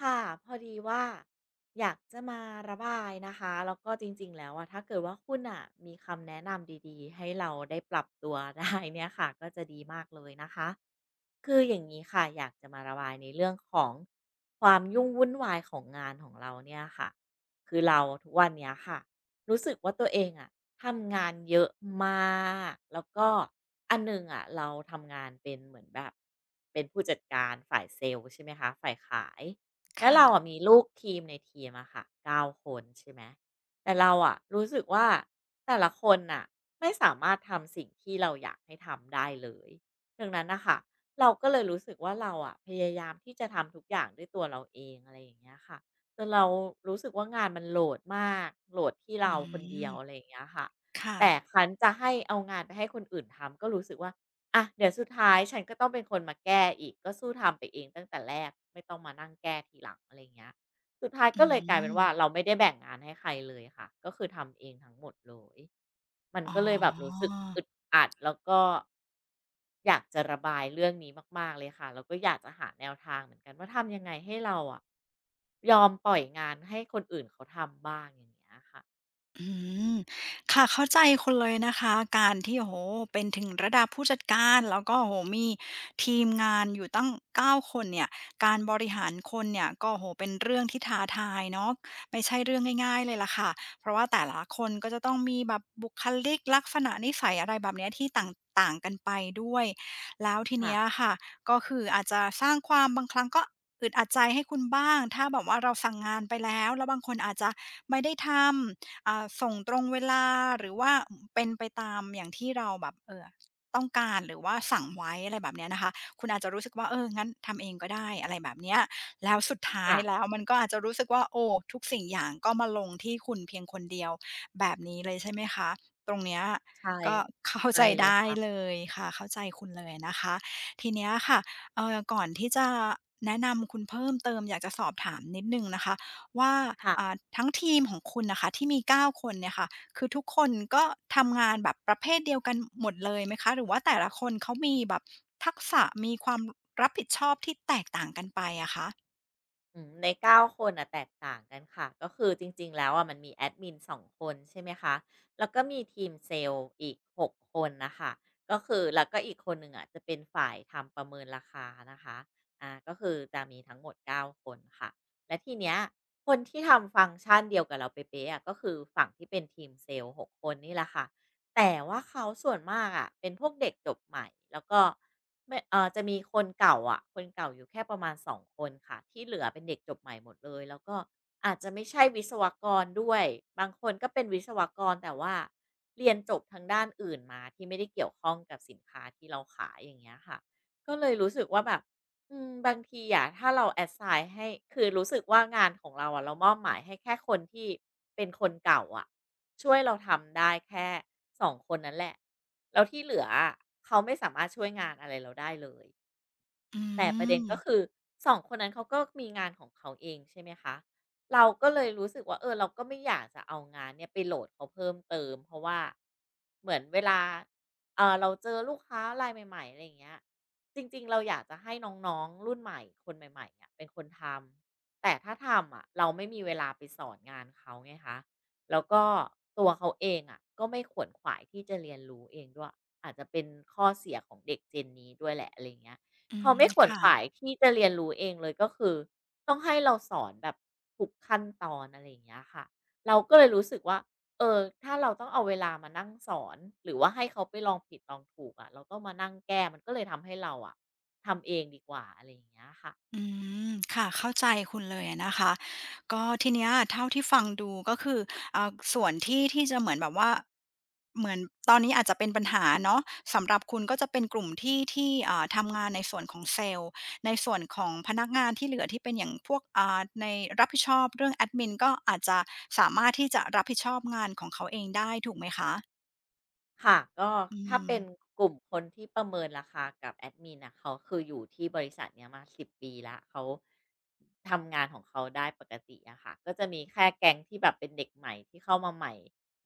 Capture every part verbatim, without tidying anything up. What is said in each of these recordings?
ค่ะพอดีว่าอยากจะมาระบายนะคะแล้วก็จริงๆแล้วอะถ้าเกิดว่าคุณอะมีคำแนะนำดีๆให้เราได้ปรับตัว ได้เนี่ยค่ะ ก็จะดีมากเลยนะคะคืออย่างนี้ค่ะอยากจะมาระบายในเรื่องของความยุ่งวุ่นวายของงานของเราเนี่ยค่ะคือเราทุกวันเนี้ยค่ะรู้สึกว่าตัวเองอะ ทำงานเยอะมากแล้วก็อันหนึ่งอ่ะเราทำงานเป็นเหมือนแบบเป็นผู้จัดการฝ่ายเซลล์ใช่ไหมคะฝ่ายขายแล้วค่ะเราอ่ะมีลูกทีมในทีมอะค่ะเก้าคนใช่ไหมแต่เราอ่ะรู้สึกว่าแต่ละคนน่ะไม่สามารถทำสิ่งที่เราอยากให้ทำได้เลยดังนั้นนะคะเราก็เลยรู้สึกว่าเราอ่ะพยายามที่จะทำทุกอย่างด้วยตัวเราเองอะไรอย่างเงี้ยค่ะ จนเรารู้สึกว่างานมันโหลดมากโหลดที่อืเราคนเดียวอะไรมอย่างเงี้ยค่ะค่ะแต่คันจะให้เอางานไปให้คนอื่นทำก็รู้สึกว่าอะเดี๋ยวสุดท้ายฉันก็ต้องเป็นคนมาแก้อีกก็สู้ทำไปเองตั้งแต่แรกไม่ต้องมานั่งแก้ทีหลังอะไรอย่างเงี้ย สุดท้ายอืก็เลยกลายเป็นมว่าเราไม่ได้แบ่งงานให้ใครเลยค่ะก็คือทำเองทั้งหมดเลยมันอ๋อ ก็เลยแบบรู้สึกอึดอัดแล้วก็อยากจะระบายเรื่องนี้มากๆเลยค่ะแล้วก็อยากจะหาแนวทางเหมือนกันว่าทำยังไงให้เราอะยอมปล่อยงานให้คนอื่นเขาทำบ้างอย่างเงี้ยค่ะอืมค่ะเข้าใจคุณเลยนะคะการที่โอ้โฮเป็นถึงระดับผู้จัดการแล้วก็โอ้โฮมีทีมงานอยู่ตั้งเก้าคนเนี่ยการบริหารคนเนี่ยก็โอ้โฮเป็นเรื่องที่ท้าทายเนาะไม่ใช่เรื่องง่ายๆเลยล่ะค่ะเพราะว่าแต่ละคนก็จะต้องมีแบบบุคลิกลักษณะนิสัยอะไรแบบเนี้ยที่ต่างต่างกันไปด้วยแล้วทีค่ะเนี้ยค่ะก็คืออาจจะสร้างความบางครั้งก็อึดอัดใจให้คุณบ้างถ้าแบบว่าเราสั่งงานไปแล้วแล้วบางคนอาจจะไม่ได้ทำ อ่าส่งตรงเวลาหรือว่าอือเป็นไปตามอย่างที่เราแบบเอ่อต้องการหรือว่าสั่งไว้อะไรแบบเนี้ยนะคะคุณอาจจะรู้สึกว่าเอองั้นทำเองก็ได้อะไรแบบเนี้ยแล้วสุดท้ายค่ะแล้วมันก็อาจจะรู้สึกว่าโอ้ทุกสิ่งอย่างก็มาลงที่คุณเพียงคนเดียวแบบนี้เลยใช่ไหมคะตรงเนี้ยใช่ก็เข้าใช่ใจเลยได้ค่ะเลยค่ะเข้าใจคุณเลยนะคะทีเนี้ยค่ะเอ่อก่อนที่จะแนะนำคุณเพิ่มเติมอยากจะสอบถามนิดหนึ่งนะคะ ว่าค่ะ อ่าทั้งทีมของคุณนะคะที่มีเก้าคนเนี่ยค่ะคือทุกคนก็ทำงานแบบประเภทเดียวกันหมดเลยไหมคะหรือว่าแต่ละคนเขามีแบบทักษะมีความรับผิดชอบที่แตกต่างกันไปอะคะอืมในเก้าคนอ่ะแตกต่างกันค่ะก็คือจริงๆแล้วอะมันมีแอดมินสองคนใช่ไหมคะแล้วก็มีทีมเซลส์อีกหกคนนะคะก็คือแล้วก็อีกคนหนึ่งอ่ะจะเป็นฝ่ายทำประเมินราคานะคะอ่าก็คือจะมีทั้งหมดเก้าคนค่ะและทีเนี้ยคนที่ทำฟังก์ชันเดียวกับเราเป๊ะๆอะก็คือฝั่งที่เป็นทีมเซลส์หกคนนี่แหละค่ะ แต่ว่าเขาส่วนมากอะเป็นพวกเด็กจบใหม่แล้วก็ไม่เออจะมีคนเก่าอะคนเก่าอยู่แค่ประมาณสองคนค่ะที่เหลือเป็นเด็กจบใหม่หมดเลยแล้วก็อาจจะไม่ใช่วิศวกรด้วยบางคนก็เป็นวิศวกรแต่ว่าเรียนจบทางด้านอื่นมาที่ไม่ได้เกี่ยวข้องกับสินค้าที่เราขายอย่างเงี้ยค่ะก็เลยรู้สึกว่าแบบ อืมบางทีอะถ้าเรา assign ให้คือรู้สึกว่างานของเราอะเรามอบหมายให้แค่คนที่เป็นคนเก่าอะช่วยเราทำได้แค่สองคนนั้นแหละแล้วที่เหลืออะเขาไม่สามารถช่วยงานอะไรเราได้เลย อืแต่ประเด็นมก็คือสองคนนั้นเขาก็มีงานของเขาเองใช่ไหมคะเราก็เลยรู้สึกว่าเออเราก็ไม่อยากจะเอางานเนี่ยไปโหลดเขาเพิ่มเติมเพราะว่าเหมือนเวลาเอ่อเราเจอลูกค้ารายใหม่ๆอะไรอย่างเงี้ยจริงๆเราอยากจะให้น้องๆรุ่นใหม่คนใหม่ๆเนี่ยเป็นคนทำแต่ถ้าทำอะเราไม่มีเวลาไปสอนงานเขาไงคะแล้วก็ตัวเขาเองอะก็ไม่ขวนขวายที่จะเรียนรู้เองด้วยอาจจะเป็นข้อเสียของเด็ก Gen นี้ด้วยแหละอะไรอย่างเงี้ย อืเขามไม่ขวนขค่ะ วายที่จะเรียนรู้เองเลยก็คือต้องให้เราสอนแบบทุกขั้นตอนอะไรอย่างเงี้ยค่ะเราก็เลยรู้สึกว่าเออถ้าเราต้องเอาเวลามานั่งสอนหรือว่าให้เขาไปลองผิดลองถูกอะเราต้องมานั่งแก้มันก็เลยทำให้เราอะทำเองดีกว่าอะไรอย่างเงี้ยค่ะ อืมค่ะเข้าใจคุณเลยอะนะคะก็ทีเนี้ยเท่าที่ฟังดูก็คืออ่าส่วนที่ที่จะเหมือนแบบว่าเหมือนตอนนี้อาจจะเป็นปัญหาเนาะสำหรับคุณก็จะเป็นกลุ่มที่ที่อ่าทำงานในส่วนของเซลส์ในส่วนของพนักงานที่เหลือที่เป็นอย่างพวกอ่าในรับผิดชอบเรื่องแอดมินก็อาจจะสามารถที่จะรับผิดชอบงานของเขาเองได้ถูกไหมคะค่ะก็อืถ้าม เป็นกลุ่มคนที่ประเมินราคากับแอดมินน่ะเขาคืออยู่ที่บริษัทเนี้ยมาสิบปีแล้วเขาทำงานของเขาได้ปกติอะค่ะก็จะมีแค่แก๊งที่แบบเป็นเด็กใหม่ที่เข้ามาใหม่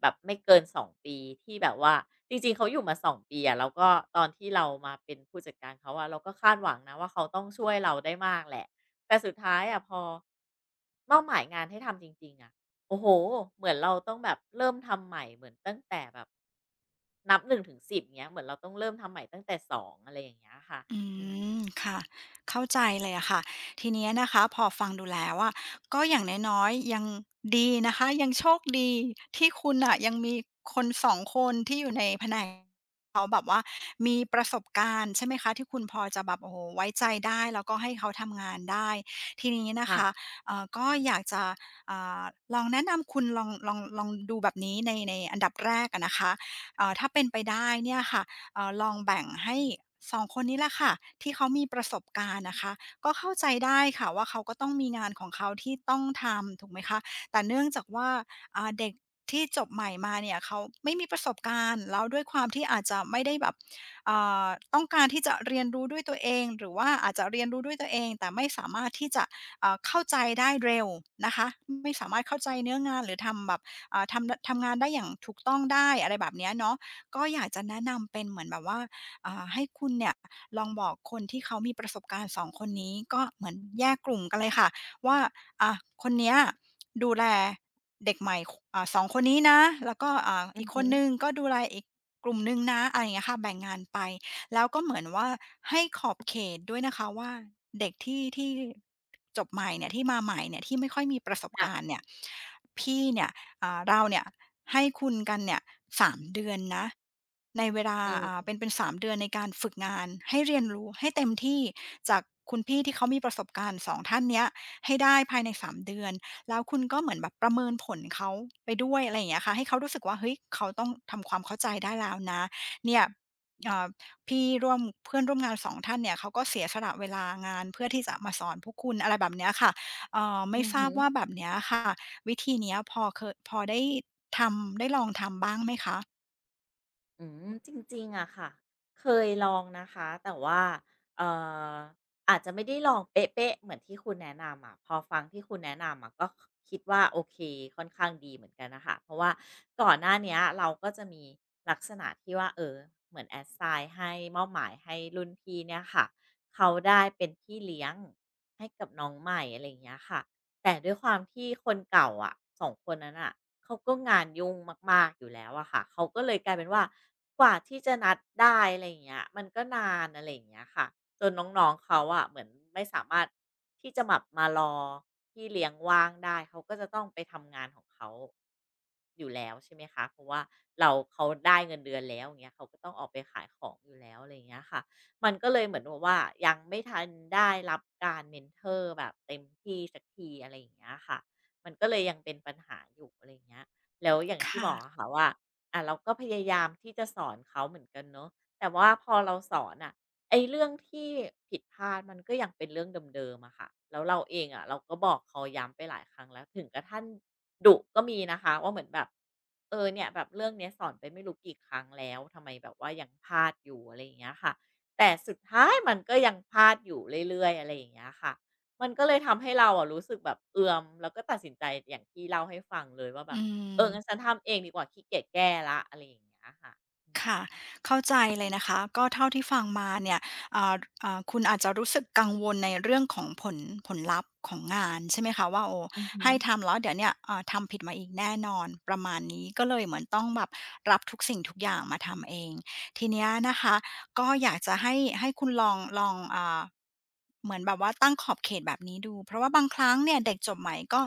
แบบไม่เกินสองปีที่แบบว่าจริงๆเขาอยู่มาสองปีอะแล้วก็ตอนที่เรามาเป็นผู้จัดการเขาอะเราก็คาดหวังนะว่าเขาต้องช่วยเราได้มากแหละแต่สุดท้ายอะพอมอบหมายงานให้ทำจริงๆอะ โอ้โฮเหมือนเราต้องแบบเริ่มทำใหม่เหมือนตั้งแต่แบบนับหนึ่งถึงสิบเงี้ยเหมือนเราต้องเริ่มทำใหม่ตั้งแต่สององอะไรอย่างเงี้ยค่ะอืมค่ะเข้าใจเลยอะค่ะทีเนี้ยนะคะพอฟังดูแล้วอะก็อย่างน้อยๆยังดีนะคะยังโชคดีที่คุณน่ะยังมีคนสองคนที่อยู่ในแผนกเขาแบบว่ามีประสบการณ์ใช่ไหมคะที่คุณพอจะแบบโอ้โฮไว้ใจได้แล้วก็ให้เขาทำงานได้ทีนี้นะค่ะคะเอ่อก็อยากจะอ่าลองแนะนำคุณลองลองลองดูแบบนี้ในในอันดับแรกอะนะคะเอ่อถ้าเป็นไปได้เนี่ยค่ะ เอ่อลองแบ่งให้สองคนนี้แหละค่ะที่เขามีประสบการณ์นะคะก็เข้าใจได้ค่ะว่าเขาก็ต้องมีงานของเขาที่ต้องทำถูกไหมคะแต่เนื่องจากว่าอ่าเด็กที่จบใหม่มาเนี่ยเขาไม่มีประสบการณ์แล้วด้วยความที่อาจจะไม่ได้แบบอ่าต้องการที่จะเรียนรู้ด้วยตัวเองหรือว่าอาจจะเรียนรู้ด้วยตัวเองแต่ไม่สามารถที่จะอ่าเข้าใจได้เร็วนะคะไม่สามารถเข้าใจเนื้องานหรือทำแบบอ่าทำทำงานได้อย่างถูกต้องได้อะไรแบบเนี้ยเนาะ ก็อยากจะแนะนำเป็นเหมือนแบบว่าอ่าให้คุณเนี่ยลองบอกคนที่เขามีประสบการณ์สองคนนี้ก็เหมือนแยกกลุ่มกันเลยค่ะว่าอ่าคนเนี้ยดูแลเด็กใหม่อ่าสองคนนี้นะแล้วก็อ่าอือีอกคฮึนนึงก็ดูแลอีกกลุ่มหนึ่งนะอะไรอย่างเงี้ยค่ะแบ่งงานไปแล้วก็เหมือนว่าให้ขอบเขตด้วยนะคะว่าเด็กที่ที่จบใหม่เนี่ยที่มาใหม่เนี่ยที่ไม่ค่อยมีประสบการณ์ค่ะเนี่ยพี่เนี่ย อ่าเราเนี่ยให้คุณกันเนี่ยสามเดือนนะในเวลาอือ่ามเป็นเป็นสามเดือนในการฝึกงานให้เรียนรู้ให้เต็มที่จากคุณพี่ที่เขามีประสบการณ์สองท่านเนี้ยให้ได้ภายในสามเดือนแล้วคุณก็เหมือนแบบประเมินผลเขาไปด้วยอะไรอย่างเงี้ยค่ะให้เขารู้สึกว่าเฮ้ยเขาต้องทำความเข้าใจได้แล้วนะเนี่ยเอ่อพี่ร่วมเพื่อนร่วมงานสองท่านเนี่ยเขาก็เสียสละเวลางานเพื่อที่จะมาสอนพวกคุณอะไรแบบเนี้ยค่ะเอ่ออืไม่อทราฮึ บว่าแบบเนี้ยค่ะ วิธีเนี้ยพอเคยพอได้ทำได้ลองทำบ้างไหมคะ อืมจริงๆอะค่ะเคยลองนะคะแต่ว่าเอ่ออาจจะไม่ได้ลองเป๊ะๆเหมือนที่คุณแนะนำอะพอฟังที่คุณแนะนำอะก็คิดว่าโอเคค่อนข้างดีเหมือนกันนะคะเพราะว่าก่อนหน้าเนี้ยเราก็จะมีลักษณะที่ว่าเออเหมือนแอดไซน์ให้มอบหมายให้รุ่นพี่เนี่ยค่ะเขาได้เป็นพี่เลี้ยงให้กับน้องใหม่อะไรอย่างเงี้ยค่ะ แต่ด้วยความที่คนเก่าอะสองคนนั้นอ่ะเขาก็งานยุ่งมากๆอยู่แล้วอะค่ะเขาก็เลยกลายเป็นว่ากว่าที่จะนัดได้อะไรอย่างเงี้ยมันก็นานอะไรอย่างเงี้ยค่ะจนน้องๆเขาอะเหมือนไม่สามารถที่จะแบบมารอที่เลี้ยงว่างได้เขาก็จะต้องไปทำงานของเขาอยู่แล้วใช่ไหมคะเพราะว่าเราเขาได้เงินเดือนแล้วอย่างเงี้ยเขาก็ต้องออกไปขายของอยู่แล้วอะไรอย่างเงี้ยค่ะ มันก็เลยเหมือนแบบว่ายังไม่ทันได้รับการ mentor แบบเต็มที่สักทีอะไรอย่างเงี้ยค่ะมันก็เลยยังเป็นปัญหาอยู่อะไรอย่างเงี้ยแล้วอย่างที่บค่ะ อกอะค่ะว่าอ่ะเราก็พยายามที่จะสอนเขาเหมือนกันเนาะแต่ว่าพอเราสอนอ่ะไอ้เรื่องที่ผิดพลาดมันก็ยังเป็นเรื่องเดิมๆอะค่ะแล้วเราเองอะเราก็บอกเขาย้ำไปหลายครั้งแล้วถึงกระทั่งดุก็มีนะคะว่าเหมือนแบบเออเนี่ยแบบเรื่องเนี้ยสอนไปไม่รู้กี่ครั้งแล้วทำไมแบบว่ายังพลาดอยู่อะไรอย่างเงี้ยค่ะ แต่สุดท้ายมันก็ยังพลาดอยู่เรื่อยๆอะไรอย่างเงี้ยค่ะ มันก็เลยทำให้เราอะรู้สึกแบบเอือมแล้วก็ตัดสินใจอย่างที่เล่าให้ฟังเลยว่าแบอืบเอองั้นม ฉันทำเองดีกว่าขี้เกียจแก้แล้วอะไรอย่างเงี้ยค่ะอืมค่ะเข้าใจเลยนะคะก็เท่าที่ฟังมาเนี่ยอ่าอ่าคุณอาจจะรู้สึกกังวลในเรื่องของผลผลลัพธ์ของงานใช่ไหมคะว่าโอ้อือฮึให้ทำแล้วเดี๋ยวเนี่ยอ่าทำผิดมาอีกแน่นอนประมาณนี้ก็เลยเหมือนต้องแบบรับทุกสิ่งทุกอย่างมาทำเองทีเนี้ยนะคะก็อยากจะให้ให้คุณลองลองอ่าเหมือนแบบว่าตั้งขอบเขตแบบนี้ดูเพราะว่าบางครั้งเนี่ยเด็กจบใหม่ก็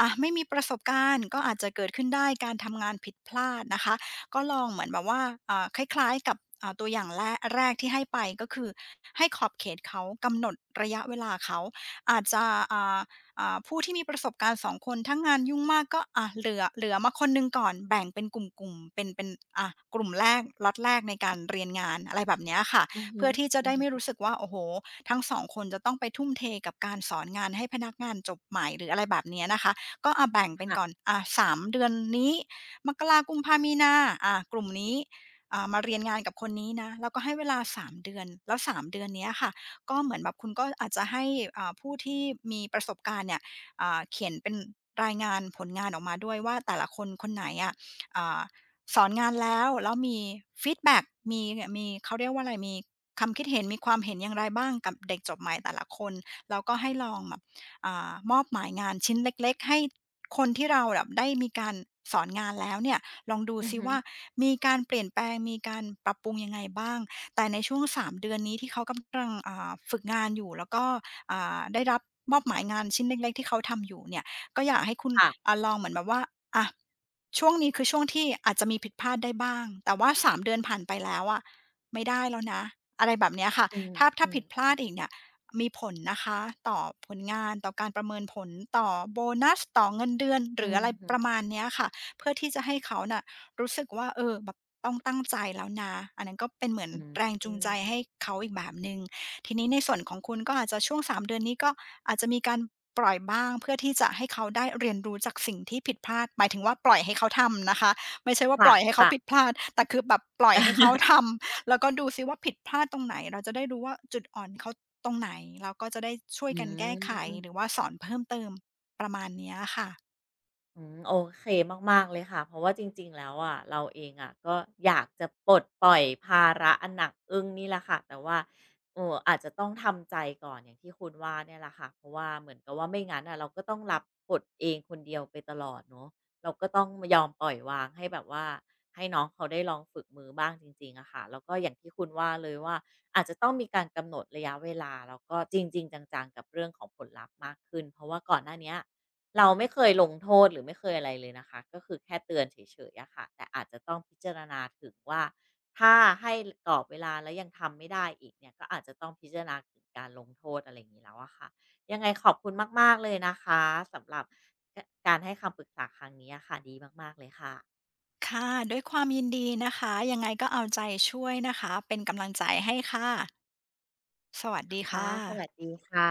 อ่ะไม่มีประสบการณ์ก็อาจจะเกิดขึ้นได้การทำงานผิดพลาดนะคะ ก็ลองเหมือนแบบว่าอ่าคล้ายๆกับอ่าตัวอย่างแรกแรกที่ให้ไปก็คือให้ขอบเขตเขากำหนดระยะเวลาเขาอาจจะอ่าอ่าผู้ที่มีประสบการณ์สองคนถ้างานยุ่งมากก็อ่าเหลือเหลือมาคนหนึ่งก่อนแบ่งเป็นกลุ่มๆเป็นเป็นอ่ากลุ่มแรกล็อตแรกในการเรียนงานอะไรแบบเนี้ยค่ะอือฮึเพื่อที่จะอือได้ไม่ฮึรู้สึกว่าโอ้โฮทั้งสองคนจะต้องไปทุ่มเทกับการสอนงานให้พนักงานจบใหม่หรืออะไรแบบเนี้ยนะคะก็อ่าแบ่งเป็นก่อนค่ะอ่าสามเดือนนี้ มกรากุมภามีนาอ่ากลุ่มนี้อ่ามาเรียนงานกับคนนี้นะแล้วก็ให้เวลาสามเดือนแล้วสามเดือนเนี้ยค่ะก็เหมือนแบบคุณก็อาจจะให้อ่าผู้ที่มีประสบการณ์เนี่ยอ่าเขียนเป็นรายงานผลงานออกมาด้วยว่าแต่ละคนคนไหนอะอ่าสอนงานแล้วแล้วมีฟีดแบ็กมีมีเขาเรียกว่าอะไรมีคำคิดเห็นมีความเห็นอย่างไรบ้างกับเด็กจบใหม่แต่ละคนแล้วก็ให้ลองแบบอามอบหมายงานชิ้นเล็กๆให้ คนที่เราแบบได้มีการสอนงานแล้วเนี่ยลองดูอือซิฮึว่ามีการเปลี่ยนแปลงมีการปรับปรุงยังไงบ้างแต่ในช่วงสามเดือนนี้ที่เขากำลังอ่าฝึกงานอยู่แล้วก็อ่าได้รับมอบหมายงานชิ้นเล็กๆที่เขาทำอยู่เนี่ยก็อยากให้คุณค่ะอ่าลองเหมือนแบบว่าอะช่วงนี้คือช่วงที่อาจจะมีผิดพลาดได้บ้างแต่ว่าสามเดือนผ่านไปแล้วอะไม่ได้แล้วนะอะไรแบบเนี้ยค่ะอืมถ้าอืถ้าอผิดพลาืดอีกเนี่ย มีผลนะคะต่อผลงานต่อการประเมินผลต่อโบนัสต่อเงินเดือนหอืรือออะไรฮึประมาณเนี้ยค่ะเพื่อที่จะให้เขาน่ะรู้สึกว่าเออแบบต้องตั้งใจแล้วนะอันนั้นก็เป็นเหมือนอืแรงจูงใจมให้เขาอีกแบบหนึ่งทีนี้ในส่วนของคุณก็อาจจะช่วงสามเดือนนี้ก็อาจจะมีการปล่อยบ้างเพื่อที่จะให้เขาได้เรียนรู้จากสิ่งที่ผิดพลาดหมายถึงว่าปล่อยให้เขาทำนะคะไม่ใช่คว่าปล่อยให้เขา่ะผิๆดพลาดแต่คือแบบปล่อยให้เขาทำ แล้วก็ดูซิว่าผิดพลาดตรงไหนเราจะได้รู้ว่าจุดอ่อนเขาตรงไหนแล้วก็จะได้ช่วยอืกันแก้ม ไขหรื อว่าสอนเพิ่มเติมประมาณเนี้ยค่ะอืมโอเคมากๆเลยค่ะเพราะว่าจริงๆแล้วอะเราเองอะก็อยากจะปลดปล่อยภาระอันหนักอึ้งนี่แหละค่ะแต่ว่าเอออาจจะต้องทำใจก่อนอย่างที่คุณว่าเนี่ยแหละค่ะเพราะว่าเหมือนกับว่าไม่งั้นอ่ะเราก็ต้องรับกดเองคนเดียวไปตลอดเนาะเราก็ต้องยอมปล่อยวางให้แบบว่าให้น้องเขาได้ลองฝึกมือบ้างจริงๆอะค่ะแล้วก็อย่างที่คุณว่าเลยว่าอาจจะต้องมีการกำหนดระยะเวลาแล้วก็จริงๆจังๆกับเรื่องของผลลัพธ์มากขึ้นเพราะว่าก่อนหน้าเนี้ย เราไม่เคยลงโทษหรือไม่เคยอะไรเลยนะคะก็คือแค่เตือนเฉยๆอะค่ะแต่อาจจะต้องพิจารณาถึงว่าถ้าให้กรอบเวลาแล้วยังทำไม่ได้อีกเนี่ยก็อาจจะต้องพิจารณาถึงการลงโทษอะไรอย่างนี้แล้วอะค่ะยังไงขอบคุณมากๆเลยนะคะสำหรับกการให้คำปรึกษาครั้งนี้อะค่ะดีมากๆเลยค่ะค่ะด้วยความยินดีนะคะยังไงก็เอาใจช่วยนะคะเป็นกำลังใจให้ค่ะสวัสดีค่ะค่ะสวัสดีค่ะ